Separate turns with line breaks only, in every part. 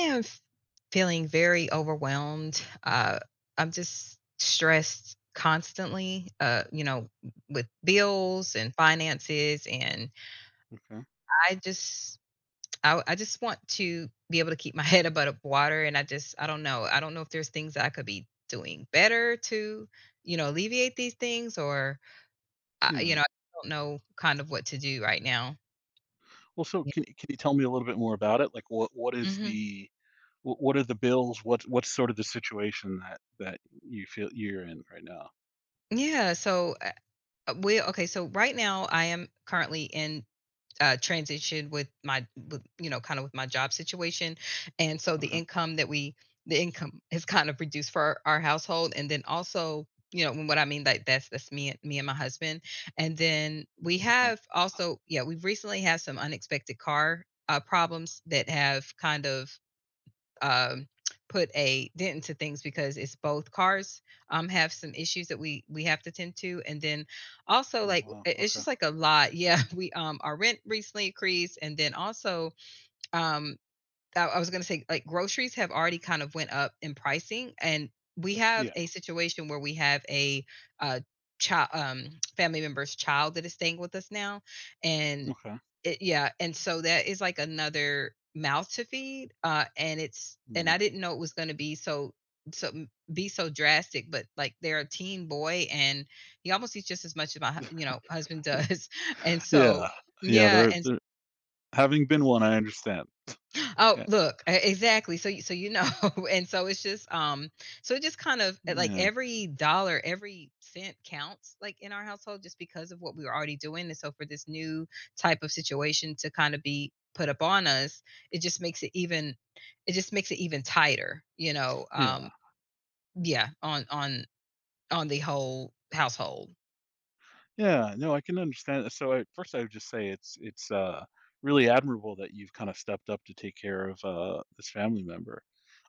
I am f- feeling very overwhelmed. I'm just stressed constantly, with bills and finances.
Okay.
I just, I just want to be able to keep my head above water. I don't know. I don't know if there's things that I could be doing better to, alleviate these things or, uh, you
Yeah.
know, I don't know kind of what to do right now.
Well, so
Yeah.
can you tell me a little bit more about it? Like,
Hmm.
what are the bills? What's sort of the situation that you feel you're in right now?
Yeah. So uh, we okay. So right now, I am currently in transition with my, kind of with my job situation, and so
Okay.
the income has kind of reduced for our household. And then also, you know what I mean, like that's me and my husband. And then we
Okay.
have also, yeah, we've recently had some unexpected car problems that have kind of, um, put a dent into things because it's both cars, um, have some issues that we have to tend to. And then also,
Oh
like,
wow.
it's
Okay.
just like a lot, yeah. We, um, our rent recently increased, and then also, um, I was gonna say, like, groceries have already kind of went up in pricing. And we have
Yeah.
a situation where we have a, uh, child, family member's child that is staying with us now, and
Okay.
it yeah. And so that is, like, another mouth to feed. Uh, and it's and
Mm.
I didn't know it was gonna be so so m be so drastic. But, like, they're a teen boy, and he almost eats just as much as my hu you know, husband does, and so,
Yeah. Yeah.
yeah.
They're,
And
they're having been one. I understand.
Oh,
Yeah.
look, e exactly. So you know, and so it's just, so it just kind of, like
Yeah.
every dollar, every cent counts, like, in our household, just because of what we were already doing. And so for this new type of situation to kind of be put upon us, it just makes it even it just makes it even tighter,
Yeah.
yeah, on on the whole household.
Yeah, no, I can understand, so at first I would just say it's really admirable that you've kinda stepped up to take care of, this family member.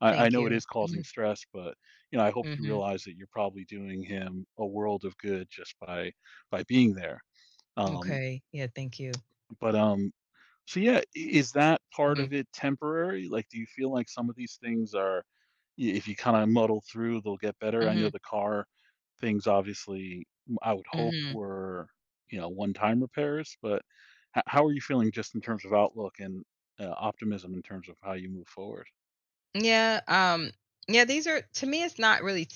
I
Thank
know it
you.
is causing
Mhm.
stress, but, I hope you
Mhm.
realize that you're probably doing him a world of good just by being there. Um,
Okay. Yeah, thank you.
but, so yeah, I is that part
Mhm.
of it temporary? Like, do you feel like some of these things are I if you kinda muddle through, they'll get better? I
Mhm.
know the car things obviously, m I would hope
Mhm.
were, one-time repairs, but h how are you feeling just in terms of outlook and, optimism in terms of how you move forward?
Yeah, um, yeah, these are, to me, it's not really,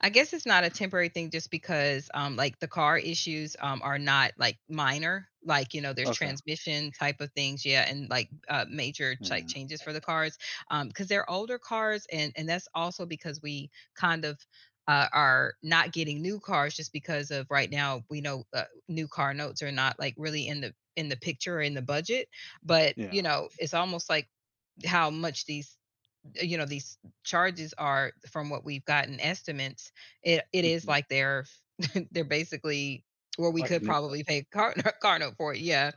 I guess it's not a temporary thing, just because, like, the car issues, are not, like, minor, like, you know, there's
Okay.
transmission type of things, yeah, and, like, major type
Yeah.
changes for the cars. Because 'cause they're older cars, and that's also because we kind of, are not getting new cars, just because, of right now, we know, new car notes are not, like, really in the picture or in the budget. But, you
Yeah.
know, it's almost like how much these these charges are from what we've gotten estimates. It is
Mhm.
like they're they're basically, or we
Like a
could
new
probably pay car car note for it, yeah.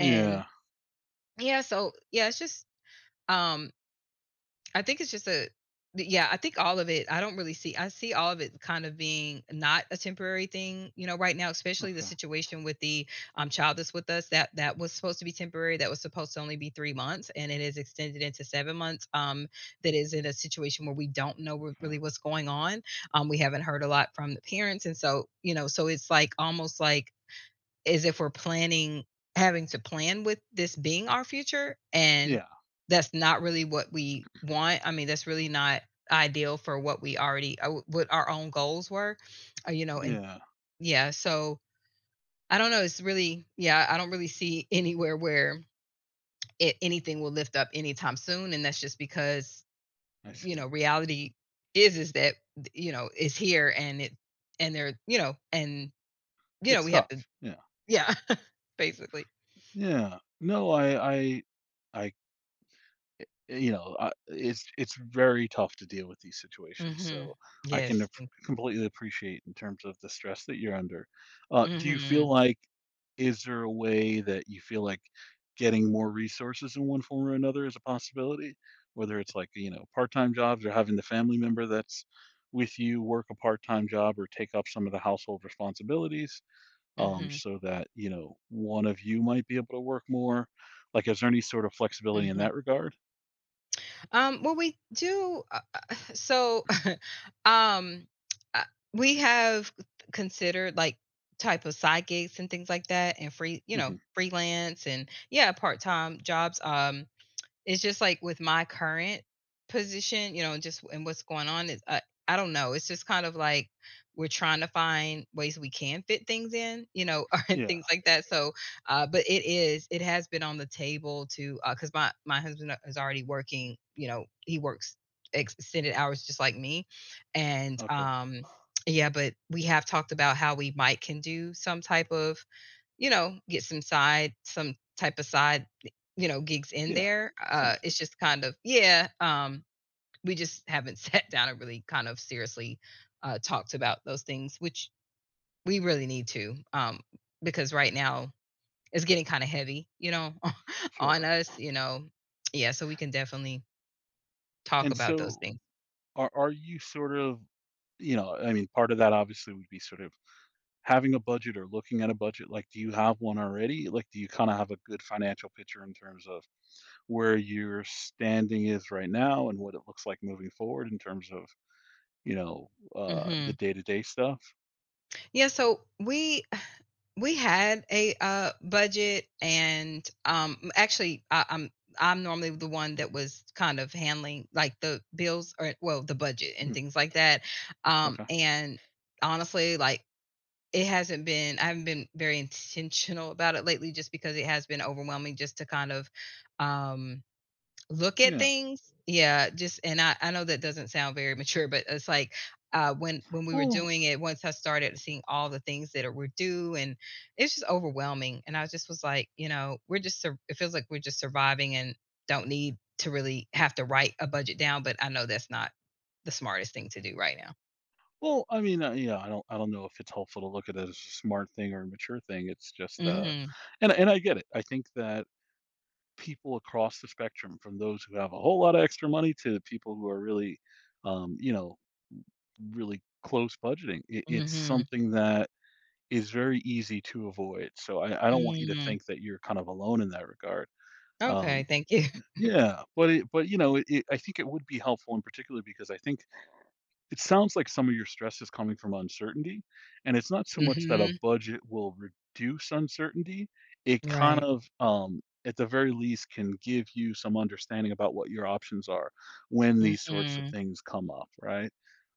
And yeah, so yeah, it's just, um, I think it's just a, yeah, I think all of it, I don't really see I see all of it kind of being not a temporary thing, you know, right now, especially the
Okay,
situation with the, child that's with us, that was supposed to be temporary. That was supposed to only be 3 months, and it is extended into 7 months. That is in a situation where we don't know
okay.
really what's going on. We haven't heard a lot from the parents. And so, you know, so it's like almost like is if we're planning having to plan with this being our future, and
Yeah,
that's not really what we want. I mean, that's really not ideal for what we already, what our own goals were, you know. And
yeah,
yeah, so I don't know, it's really, yeah, I don't really see anywhere where it anything will lift up anytime soon, and that's just because,
I
you
see.
know, reality is that, you know, is here, and it you know, and you know,
It's
we have to,
tough. Yeah.
yeah, basically.
Yeah. No, I it's very tough to deal with these situations.
Mhm.
So I can
Yes. Mm.
completely appreciate in terms of the stress that you're under. Do you feel
Mhm.
like is there a way that you feel like getting more resources in one form or another is a possibility? Whether it's like part-time jobs, or having the family member that's with you work a part-time job or take up some of the household responsibilities,
Mhm.
so that one of you might be able to work more, like, is there any sort of flexibility in
Mhm.
that regard?
Well, we do, so, um, uh, we have considered, like, type of side gigs and things like that, and free you know,
Mhm.
freelance, and, yeah, part-time jobs, um. It's just like with my current position, you know, just and what's going on is, I don't know. It's just kind of like we're trying to find ways we can fit things in, you know, and
Yeah,
things like that. So, but it is, it has been on the table, to, because my husband, is already working. You know, he works extended hours just like me, and
okay.
yeah. But we have talked about how we might can do some type of, you know, get some side some type of side, you know, gigs in
Yeah,
there.
something.
It's just kind of, yeah, we just haven't sat down and really kind of seriously, talked about those things, which we really need to, because right now it's getting kind of heavy, you know, on
Sure.
us, you know. Yeah, so we can definitely talk
And
about those
so
things.
are you sort of, I mean, part of that obviously would be sort of having a budget or looking at a budget? Like, do you have one already? Like, do you kind of have a good financial picture in terms of where your standing is right now and what it looks like moving forward in terms of, you know, the
Mhm.
day to day stuff?
Yeah, so we We had a, budget and, actually, I'm normally the one that was kind of handling, like, the bills, or, well, the budget and
Mm,
things like that,
okay.
and honestly, like, it hasn't been I haven't been very intentional about it lately, just because it has been overwhelming just to kind of, um, look at
Yeah.
things, yeah. Just, and I know that doesn't sound very mature, but it's like, when we were
Well,
doing it, once I started seeing all the things that are were due, and it's just overwhelming, and I just was like, you know, we're just sur it feels like we're just surviving, and don't need to really have to write a budget down. But I know that's not the smartest thing to do right now.
Well, I mean, yeah, I don't know if it's helpful to look at it as a smart thing or a mature thing. It's just,
Mhm.
and I get it. I think that people across the spectrum, from those who have a whole lot of extra money to the people who are really, um, you know, really close budgeting, it's
Mhm.
something that is very easy to avoid. So I don't want you to
Mm.
think that you're kind of alone in that regard.
Okay,
Um,
thank you.
yeah, but I think it would be helpful in particular, because I think it sounds like some of your stress is coming from uncertainty, and it's not so much that a
Mhm.
budget will reduce uncertainty, it kind
Right.
of, at the very least, can give you some understanding about what your options are when these sorts of
Mhm.
things come up, right?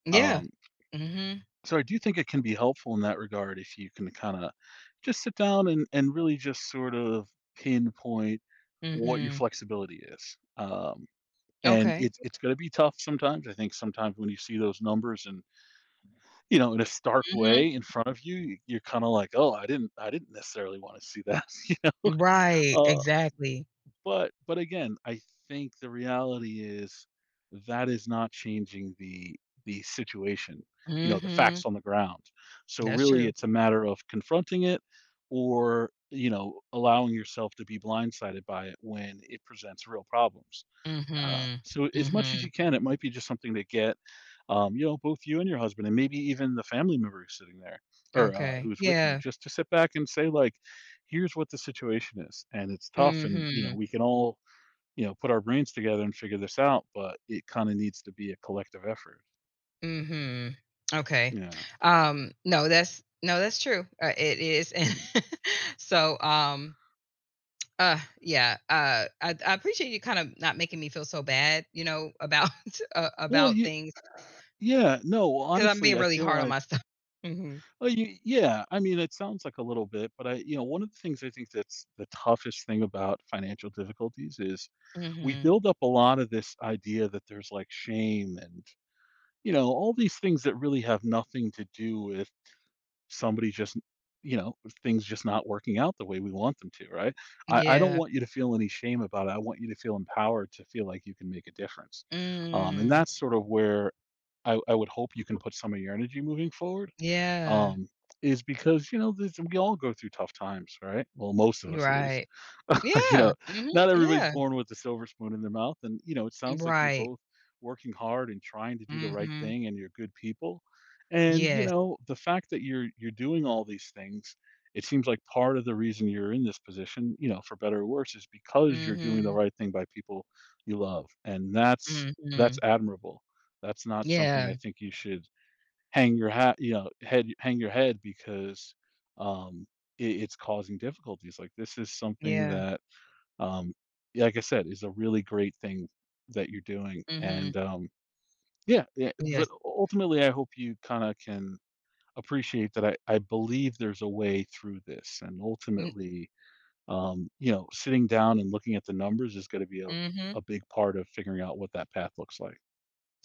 Yeah.
Um,
Mhm.
so I do think it can be helpful in that regard if you can kinda just sit down and really just sort of pinpoint what your
Mhm.
flexibility is, and
Okay.
it's gonna be tough sometimes. I think sometimes, when you see those numbers and, in a stark
Mhm.
way in front of you, you're kind of like, "Oh, I didn't necessarily want to see that," you know.
Right,
Uh,
exactly.
but, again, I think the reality is that is not changing the situation, the
Mhm.
facts on the ground. So
That's
really,
true.
it's a matter of confronting it, or allowing yourself to be blindsided by it when it presents real problems.
Mhm.
So as much as
Mhm.
you can, it might be just something to get, both you and your husband, and maybe even the family member who's sitting there, or
Okay.
who's with you,
Yeah.
just to sit back and say, like, here's what the situation is, and it's tough, and,
Mhm.
we can all, put our brains together and figure this out, but it kind of needs to be a collective effort.
Mhm. Okay.
Yeah.
No, that's true. It is. And
Mm.
so, yeah, I appreciate you kind of not making me feel so bad, you know, about
Well,
about things,
yeah, no, well,
because I'm being
honestly, I
really
feel
hard on
like,
myself. Mhm.
oh, yeah, I mean, it sounds like a little bit, but one of the things I think that's the toughest thing about financial difficulties is we
Mhm.
build up a lot of this idea that there's, like, shame and all these things that really have nothing to do with somebody just you know things just not working out the way we want them to, right? I don't
Yeah.
want you to feel any shame about it. I want you to feel empowered to feel like you can make a difference, and
Mm.
that's sort of where I would hope you can put some of your energy moving forward,
Yeah.
um, is because you know this. We all go through tough times, right? Well, most of us at least.
Right.
you
Yeah.
know,
Mhm.
not everybody's
Yeah.
born with a silver spoon in their mouth. And, it sounds like you're
Right.
both working hard and trying to do the right
Mhm.
thing, and you're good people. And,
Yes.
the fact that you're doing all these things, it seems like part of the reason you're in this position, for better or worse, is because you're doing the
Mhm.
right thing by people you love. And that's
Mhm.
admirable. That's not something
Yeah.
I think you should hang your head because um it's causing difficulties. Like, this is something
Yeah.
that, um, yeah, like I said, is a really great thing that you're doing.
Mhm.
And yeah, yeah, but
Yes.
ultimately, I hope you kind of can appreciate that I believe there's a way through this. And
Mm.
ultimately, sitting down and looking at the numbers is going to be a,
Mhm.
a big part of figuring out what that path looks like.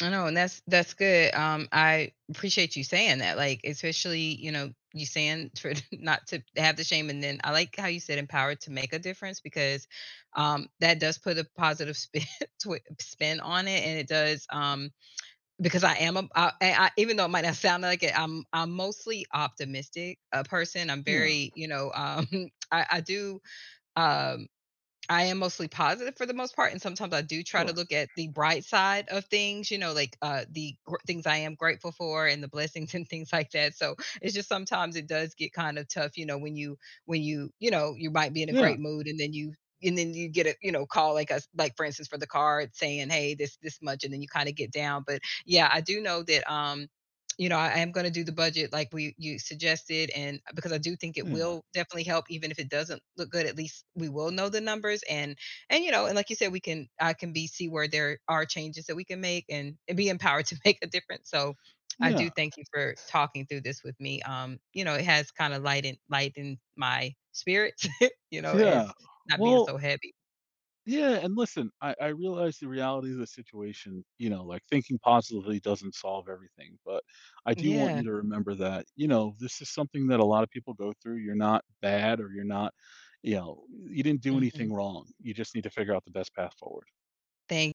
I know, and that's good. I appreciate you saying that, like, especially, you know, you saying for not to have the shame, and then I like how you said empowered to make a difference because, that does put a positive spin twi spin on it, and it does, um, because I am a, I, even though it might not sound like it, I'm mostly optimistic a person. I'm
Yeah,
very, you know, I do, um, I am mostly positive for the most part. And sometimes I do try to
sure.
look at the bright side of things, you know, like, the gr things I am grateful for and the blessings and things like that. So, it's just sometimes it does get kind of tough, you know, when you you know, you might be in a
Yeah,
great mood, and then you get a, you know, call like us, like, for instance, for the card saying, "Hey, this much," and then you kinda get down. But, yeah, I do know that, you know, I am going to do the budget like we you suggested. And, because I do think it
yeah,
will definitely help, even if it doesn't look good, at least we will know the numbers. And you know, and like you said, we can I can be see where there are changes that we can make, and be empowered to make a difference. So, I do
yeah,
thank you for talking through this with me. You know, it has kind of lightened my spirits, you know,
yeah.
as not being
Well,
so heavy.
Yeah, and listen, I realize the reality of the situation, like, thinking positively doesn't solve everything, but I do want
Yeah.
you to remember that, this is something that a lot of people go through. You're not bad, or you're not, you didn't do
Hmm.
anything wrong. You just need to figure out the best path forward.
Thank